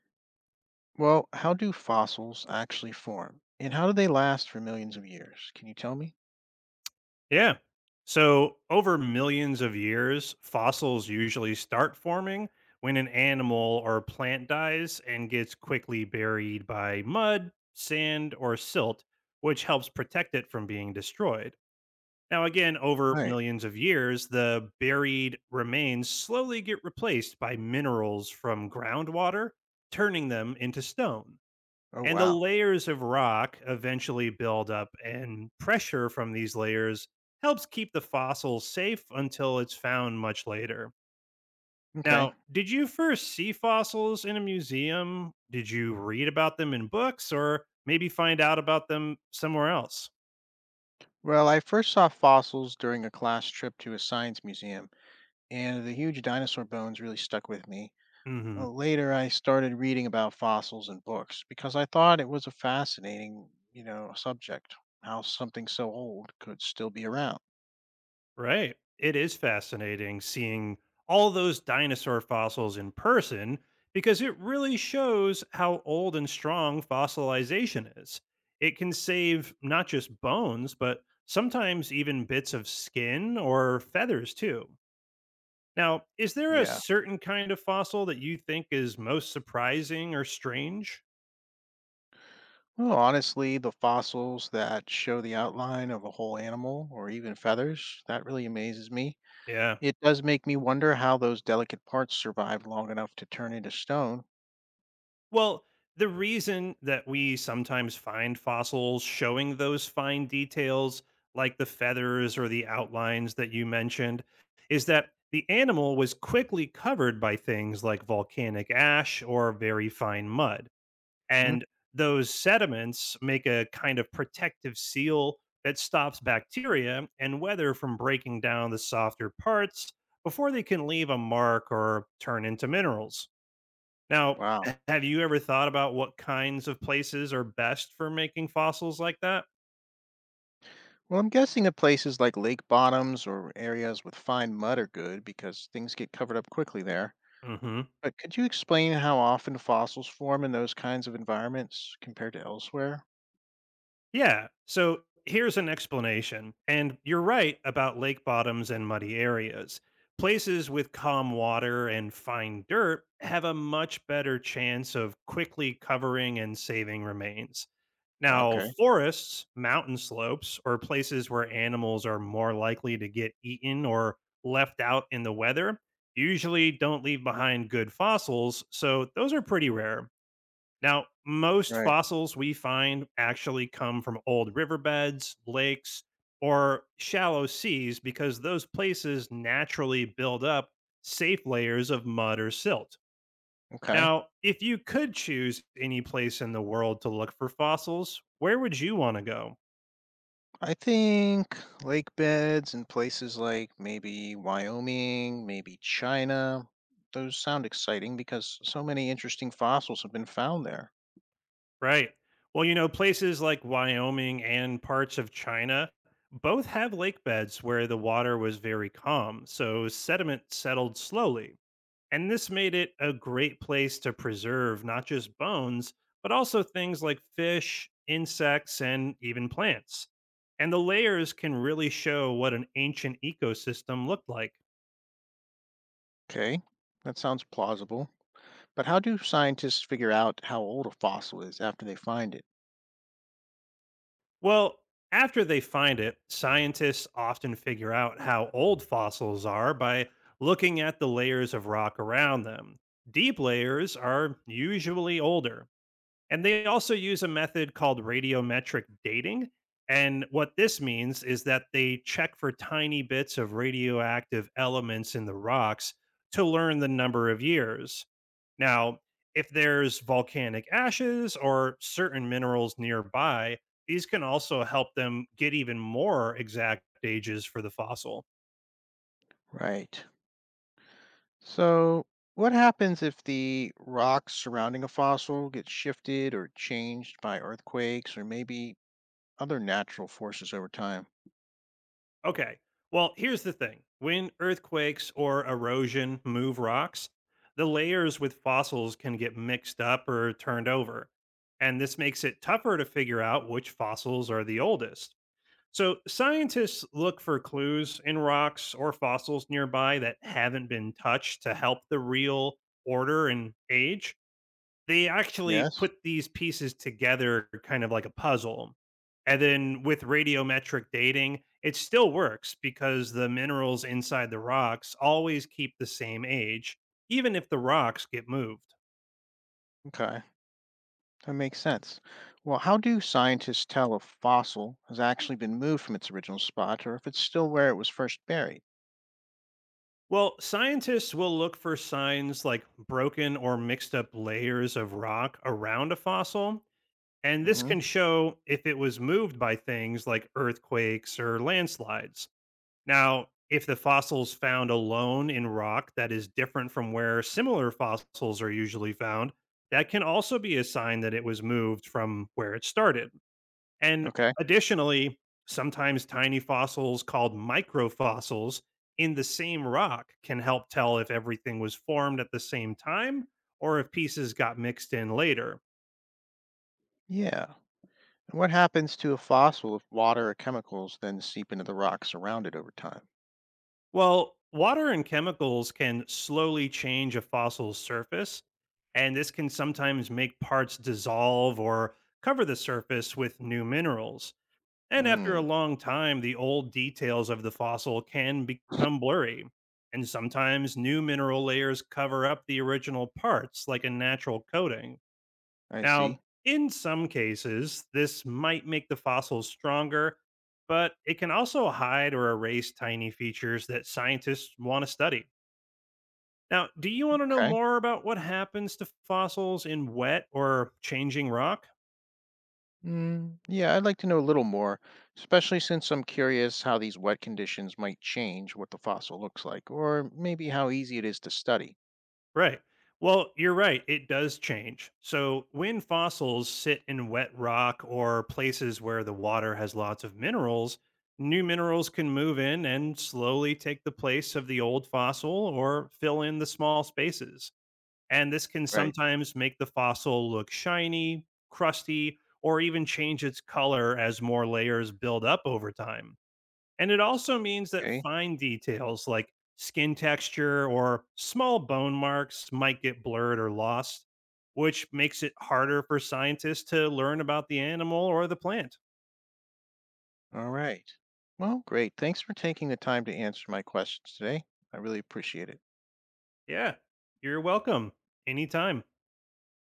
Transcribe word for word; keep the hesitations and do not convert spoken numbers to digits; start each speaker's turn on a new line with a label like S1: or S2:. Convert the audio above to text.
S1: Well, how do fossils actually form? And how do they last for millions of years? Can you tell me?
S2: Yeah. So, over millions of years, fossils usually start forming when an animal or plant dies and gets quickly buried by mud, sand, or silt, which helps protect it from being destroyed. Now, again, over
S1: Right.
S2: millions of years, the buried remains slowly get replaced by minerals from groundwater, turning them into stone.
S1: Oh,
S2: And the
S1: wow.
S2: layers of rock eventually build up, and pressure from these layers helps keep the fossil safe until it's found much later.
S1: Okay.
S2: Now, did you first see fossils in a museum? Did you read about them in books or maybe find out about them somewhere else?
S1: Well, I first saw fossils during a class trip to a science museum, and the huge dinosaur bones really stuck with me.
S2: Mhm.
S1: Uh, Later, I started reading about fossils in books because I thought it was a fascinating, you know, subject, how something so old could still be around.
S2: Right. It is fascinating seeing all those dinosaur fossils in person because it really shows how old and strong fossilization is. It can save not just bones, but sometimes even bits of skin or feathers too. Now, is there a
S1: Yeah.
S2: certain kind of fossil that you think is most surprising or strange?
S1: Well, honestly, the fossils that show the outline of a whole animal or even feathers, that really amazes me.
S2: Yeah.
S1: It does make me wonder how those delicate parts survive long enough to turn into stone.
S2: Well, the reason that we sometimes find fossils showing those fine details, like the feathers or the outlines that you mentioned, is that the animal was quickly covered by things like volcanic ash or very fine mud.
S1: Mhm.
S2: And those sediments make a kind of protective seal that stops bacteria and weather from breaking down the softer parts before they can leave a mark or turn into minerals. Now,
S1: Wow.
S2: have you ever thought about what kinds of places are best for making fossils like that?
S1: Well, I'm guessing that places like lake bottoms or areas with fine mud are good because things get covered up quickly there.
S2: hmm
S1: But could you explain how often fossils form in those kinds of environments compared to elsewhere?
S2: Yeah. So here's an explanation. And you're right about lake bottoms and muddy areas. Places with calm water and fine dirt have a much better chance of quickly covering and saving remains. Now,
S1: Okay.
S2: forests, mountain slopes, or places where animals are more likely to get eaten or left out in the weather usually don't leave behind good fossils, so those are pretty rare. Now, most
S1: Right.
S2: fossils we find actually come from old riverbeds, lakes, or shallow seas because those places naturally build up safe layers of mud or silt.
S1: Okay.
S2: Now, if you could choose any place in the world to look for fossils, where would you want to go?
S1: I think lake beds and places like maybe Wyoming, maybe China, those sound exciting because so many interesting fossils have been found there.
S2: Right. Well, you know, places like Wyoming and parts of China both have lake beds where the water was very calm, so sediment settled slowly. And this made it a great place to preserve not just bones, but also things like fish, insects, and even plants. And the layers can really show what an ancient ecosystem looked like.
S1: Okay, that sounds plausible. But how do scientists figure out how old a fossil is after they find it?
S2: Well, after they find it, scientists often figure out how old fossils are by looking at the layers of rock around them. Deep layers are usually older, and they also use a method called radiometric dating. And what this means is that they check for tiny bits of radioactive elements in the rocks to learn the number of years. Now, if there's volcanic ashes or certain minerals nearby, these can also help them get even more exact ages for the fossil.
S1: Right. So, what happens if the rocks surrounding a fossil get shifted or changed by earthquakes or maybe other natural forces over time?
S2: Okay. Well, here's the thing when earthquakes or erosion move rocks, the layers with fossils can get mixed up or turned over. And this makes it tougher to figure out which fossils are the oldest. So, scientists look for clues in rocks or fossils nearby that haven't been touched to help the real order and age. They actually
S1: Yes.
S2: put these pieces together kind of like a puzzle. And then with radiometric dating, it still works because the minerals inside the rocks always keep the same age, even if the rocks get moved.
S1: Okay. That makes sense. Well, how do scientists tell if a fossil has actually been moved from its original spot or if it's still where it was first buried?
S2: Well, scientists will look for signs like broken or mixed up layers of rock around a fossil, and this
S1: Hmm.
S2: can show if it was moved by things like earthquakes or landslides. Now, if the fossil's found alone in rock that is different from where similar fossils are usually found, that can also be a sign that it was moved from where it started. And
S1: Okay.
S2: additionally, sometimes tiny fossils called microfossils in the same rock can help tell if everything was formed at the same time or if pieces got mixed in later.
S1: Yeah. And what happens to a fossil if water or chemicals then seep into the rocks around it over time?
S2: Well, water and chemicals can slowly change a fossil's surface, and this can sometimes make parts dissolve or cover the surface with new minerals. And after a
S1: Mm.
S2: long time, the old details of the fossil can become blurry. And sometimes new mineral layers cover up the original parts like a natural coating.
S1: I
S2: Now,
S1: see.
S2: in some cases, this might make the fossils stronger, but it can also hide or erase tiny features that scientists want to study. Now, do you want to know
S1: Okay.
S2: more about what happens to fossils in wet or changing rock?
S1: Mm, yeah, I'd like to know a little more, especially since I'm curious how these wet conditions might change what the fossil looks like, or maybe how easy it is to study.
S2: Right. Well, you're right. It does change. So, when fossils sit in wet rock or places where the water has lots of minerals, new minerals can move in and slowly take the place of the old fossil or fill in the small spaces. And this can
S1: Right.
S2: sometimes make the fossil look shiny, crusty, or even change its color as more layers build up over time. And it also means that
S1: Okay.
S2: fine details like skin texture or small bone marks might get blurred or lost, which makes it harder for scientists to learn about the animal or the plant.
S1: All right. Well, great. Thanks for taking the time to answer my questions today. I really appreciate it.
S2: Yeah, you're welcome. Anytime.